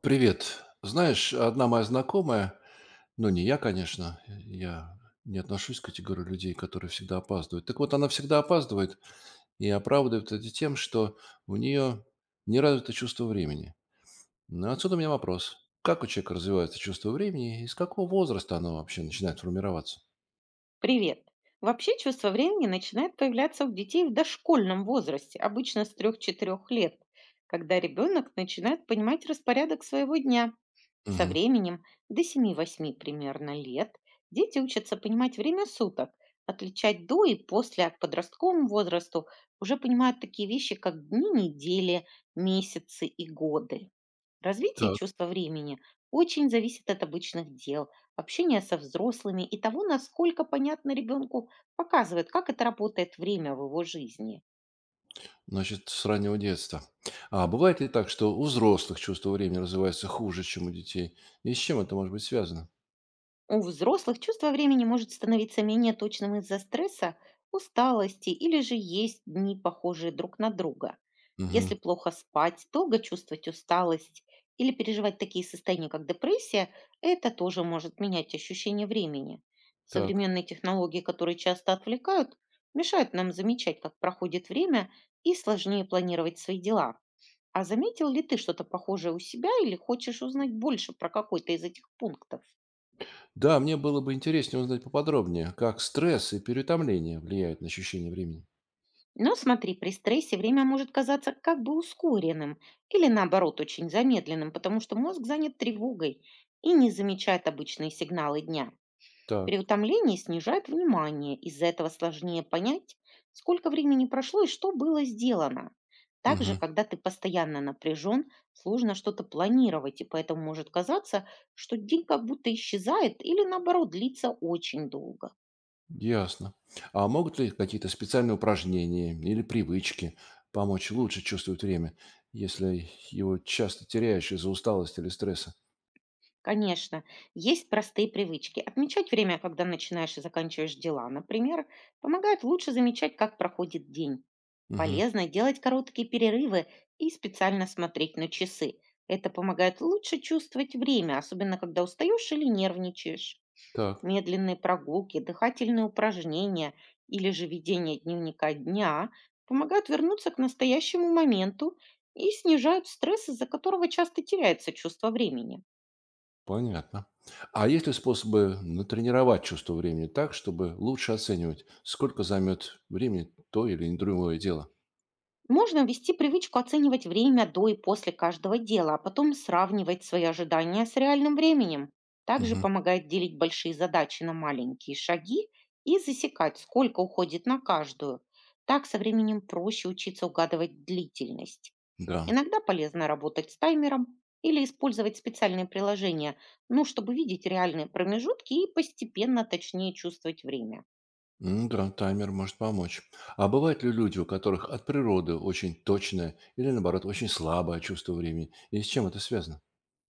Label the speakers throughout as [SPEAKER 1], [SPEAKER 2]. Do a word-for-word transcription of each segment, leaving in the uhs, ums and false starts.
[SPEAKER 1] Привет. Знаешь, одна моя знакомая, ну не я, конечно, я не отношусь к категории людей, которые всегда опаздывают. Так вот, она всегда опаздывает и оправдывает это тем, что у нее не развито чувство времени. Ну, отсюда у меня вопрос. Как у человека развивается чувство времени и с какого возраста оно вообще начинает формироваться?
[SPEAKER 2] Привет! Вообще чувство времени начинает появляться у детей в дошкольном возрасте, обычно с трёх-четырёх лет, когда ребенок начинает понимать распорядок своего дня. Со
[SPEAKER 1] Мгм.
[SPEAKER 2] временем, до семи-восьми примерно лет, дети учатся понимать время суток, отличать до и после, а к подростковому возрасту уже понимают такие вещи, как дни, недели, месяцы и годы. Развитие
[SPEAKER 1] Так,
[SPEAKER 2] чувства времени очень зависит от обычных дел, общение со взрослыми и того, насколько понятно ребенку показывает, как это работает время в его жизни.
[SPEAKER 1] значит, с раннего детства. А бывает ли так, что у взрослых чувство времени развивается хуже, чем у детей? И с чем это может быть связано?
[SPEAKER 2] У взрослых чувство времени может становиться менее точным из-за стресса, усталости или же есть дни, похожие друг на друга.
[SPEAKER 1] Мгм.
[SPEAKER 2] Если плохо спать, долго чувствовать усталость или переживать такие состояния, как депрессия, это тоже может менять ощущение времени.
[SPEAKER 1] Так.
[SPEAKER 2] Современные технологии, которые часто отвлекают, мешают нам замечать, как проходит время, и сложнее планировать свои дела. А заметил ли ты что-то похожее у себя или хочешь узнать больше про какой-то из этих пунктов?
[SPEAKER 1] Да, мне было бы интереснее узнать поподробнее, как стресс и переутомление влияют на ощущение времени.
[SPEAKER 2] Но смотри, при стрессе время может казаться как бы ускоренным или наоборот очень замедленным, потому что мозг занят тревогой и не замечает обычные сигналы дня.
[SPEAKER 1] Так,
[SPEAKER 2] Переутомление снижает внимание, из-за этого сложнее понять, сколько времени прошло и что было сделано.
[SPEAKER 1] мгм,
[SPEAKER 2] Также, когда ты постоянно напряжен, сложно что-то планировать, и поэтому может казаться, что день как будто исчезает или наоборот длится очень долго.
[SPEAKER 1] ясно. А могут ли какие-то специальные упражнения или привычки помочь лучше чувствовать время, если его часто теряешь из-за усталости или стресса?
[SPEAKER 2] Конечно, есть простые привычки. Отмечать время, когда начинаешь и заканчиваешь дела, например, помогает лучше замечать, как проходит день.
[SPEAKER 1] Мгм,
[SPEAKER 2] Полезно делать короткие перерывы и специально смотреть на часы. Это помогает лучше чувствовать время, особенно когда устаешь или нервничаешь.
[SPEAKER 1] так,
[SPEAKER 2] Медленные прогулки, дыхательные упражнения или же ведение дневника дня помогают вернуться к настоящему моменту и снижают стресс, из-за которого часто теряется чувство времени.
[SPEAKER 1] понятно. А есть ли способы натренировать чувство времени так, чтобы лучше оценивать, сколько займет времени то или другое дело?
[SPEAKER 2] Можно ввести привычку оценивать время до и после каждого дела, а потом сравнивать свои ожидания с реальным временем. Также
[SPEAKER 1] Мгм,
[SPEAKER 2] помогает делить большие задачи на маленькие шаги и засекать, сколько уходит на каждую. Так со временем проще учиться угадывать длительность.
[SPEAKER 1] да.
[SPEAKER 2] Иногда полезно работать с таймером или использовать специальные приложения, ну, чтобы видеть реальные промежутки и постепенно точнее чувствовать время.
[SPEAKER 1] М, да, таймер может помочь. А бывают ли люди, у которых от природы очень точное или, наоборот, очень слабое чувство времени? И с чем это связано?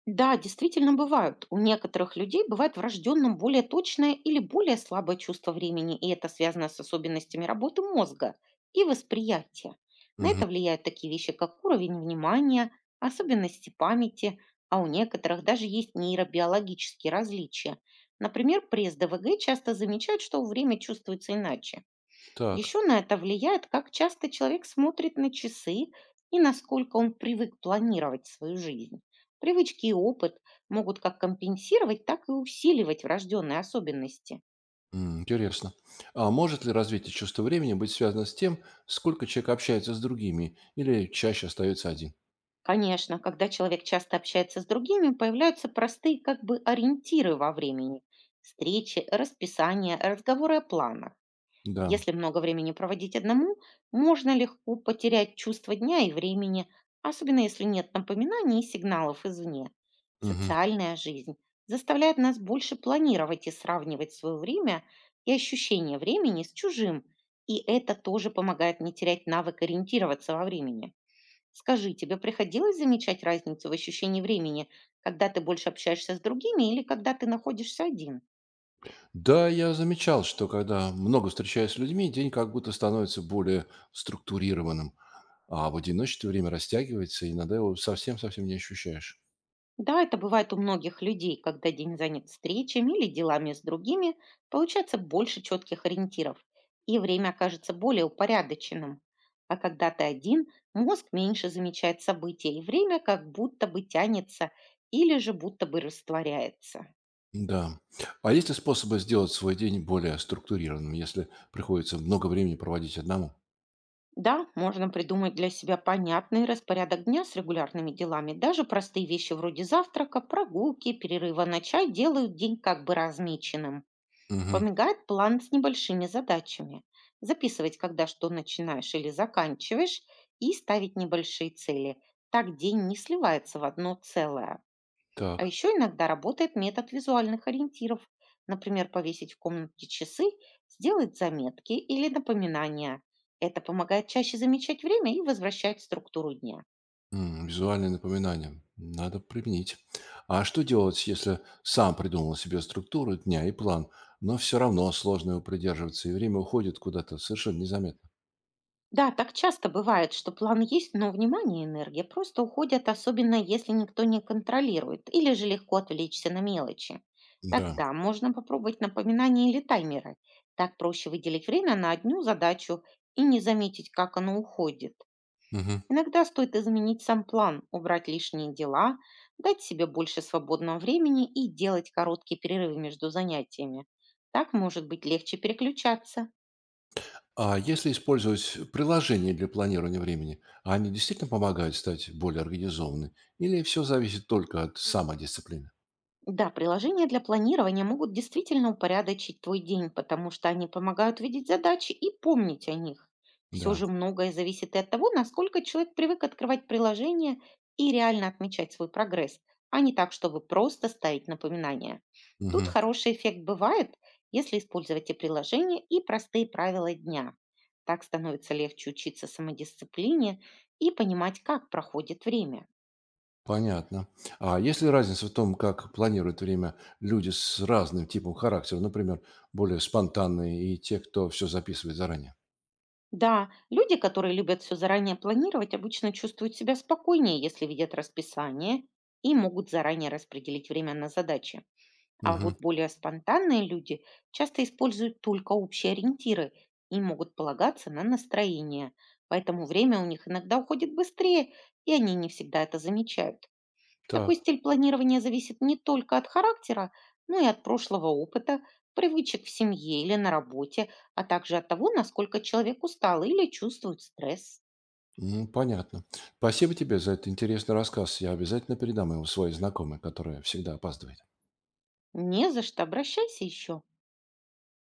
[SPEAKER 2] Да, действительно бывают. У некоторых людей бывает врожденным более точное или более слабое чувство времени, и это связано с особенностями работы мозга и восприятия. На
[SPEAKER 1] Мгм.
[SPEAKER 2] это влияют такие вещи, как уровень внимания, особенности памяти, а у некоторых даже есть нейробиологические различия. Например, при С Д В Г часто замечают, что время чувствуется иначе.
[SPEAKER 1] Так,
[SPEAKER 2] Еще на это влияет, как часто человек смотрит на часы и насколько он привык планировать свою жизнь. Привычки и опыт могут как компенсировать, так и усиливать врожденные особенности.
[SPEAKER 1] м, интересно. А может ли развитие чувства времени быть связано с тем, сколько человек общается с другими или чаще остается один?
[SPEAKER 2] Конечно, когда человек часто общается с другими, появляются простые как бы ориентиры во времени. Встречи, расписание, разговоры о планах.
[SPEAKER 1] Да.
[SPEAKER 2] Если много времени проводить одному, можно легко потерять чувство дня и времени, особенно если нет напоминаний и сигналов извне.
[SPEAKER 1] Мгм.
[SPEAKER 2] Социальная жизнь заставляет нас больше планировать и сравнивать свое время и ощущение времени с чужим, и это тоже помогает не терять навык ориентироваться во времени. Скажи, тебе приходилось замечать разницу в ощущении времени, когда ты больше общаешься с другими или когда ты находишься один?
[SPEAKER 1] Да, я замечал, что когда много встречаюсь с людьми, день как будто становится более структурированным, а в одиночестве время растягивается, и иногда его совсем-совсем не ощущаешь.
[SPEAKER 2] Да, это бывает у многих людей, когда день занят встречами или делами с другими, получается больше четких ориентиров, и время окажется более упорядоченным. А когда ты один, мозг меньше замечает события, и время как будто бы тянется или же будто бы растворяется.
[SPEAKER 1] Да. А есть ли способы сделать свой день более структурированным, если приходится много времени проводить одному?
[SPEAKER 2] Да, можно придумать для себя понятный распорядок дня с регулярными делами. Даже простые вещи вроде завтрака, прогулки, перерыва на чай делают день как бы размеченным.
[SPEAKER 1] Мгм.
[SPEAKER 2] Помогает план с небольшими задачами. Записывать, когда что начинаешь или заканчиваешь, и ставить небольшие цели. Так день не сливается в одно целое. А
[SPEAKER 1] Так.
[SPEAKER 2] еще иногда работает метод визуальных ориентиров. Например, повесить в комнате часы, сделать заметки или напоминания. Это помогает чаще замечать время и возвращать структуру дня.
[SPEAKER 1] М, визуальные напоминания. Надо применить. А что делать, если сам придумал себе структуру дня и план, но все равно сложно его придерживаться, и время уходит куда-то совершенно незаметно?
[SPEAKER 2] Да, так часто бывает, что план есть, но внимание и энергия просто уходят, особенно если никто не контролирует или же легко отвлечься на мелочи.
[SPEAKER 1] Да.
[SPEAKER 2] Тогда можно попробовать напоминания или таймеры. Так проще выделить время на одну задачу и не заметить, как оно уходит.
[SPEAKER 1] Мгм.
[SPEAKER 2] Иногда стоит изменить сам план, убрать лишние дела, дать себе больше свободного времени и делать короткие перерывы между занятиями. Так может быть легче переключаться.
[SPEAKER 1] А если использовать приложение для планирования времени, а они действительно помогают стать более организованной? Или все зависит только от самодисциплины?
[SPEAKER 2] Да, приложения для планирования могут действительно упорядочить твой день, потому что они помогают видеть задачи и помнить о них. Все
[SPEAKER 1] Да.
[SPEAKER 2] же многое зависит и от того, насколько человек привык открывать приложения и реально отмечать свой прогресс, а не так, чтобы просто ставить напоминания. Тут
[SPEAKER 1] Мгм.
[SPEAKER 2] хороший эффект бывает, если использовать и приложения, и простые правила дня. Так становится легче учиться самодисциплине и понимать, как проходит время.
[SPEAKER 1] Понятно. А есть ли разница в том, как планируют время люди с разным типом характера, например, более спонтанные и те, кто все записывает заранее?
[SPEAKER 2] Да, люди, которые любят все заранее планировать, обычно чувствуют себя спокойнее, если видят расписание и могут заранее распределить время на задачи. А
[SPEAKER 1] Мгм.
[SPEAKER 2] вот более спонтанные люди часто используют только общие ориентиры и могут полагаться на настроение. Поэтому время у них иногда уходит быстрее, и они не всегда это замечают. Такой
[SPEAKER 1] Так,
[SPEAKER 2] стиль планирования зависит не только от характера, но и от прошлого опыта, привычек в семье или на работе, а также от того, насколько человек устал или чувствует стресс.
[SPEAKER 1] м, понятно. Спасибо тебе за этот интересный рассказ. Я обязательно передам его своей знакомой, которая всегда опаздывает.
[SPEAKER 2] Не за что, обращайся еще.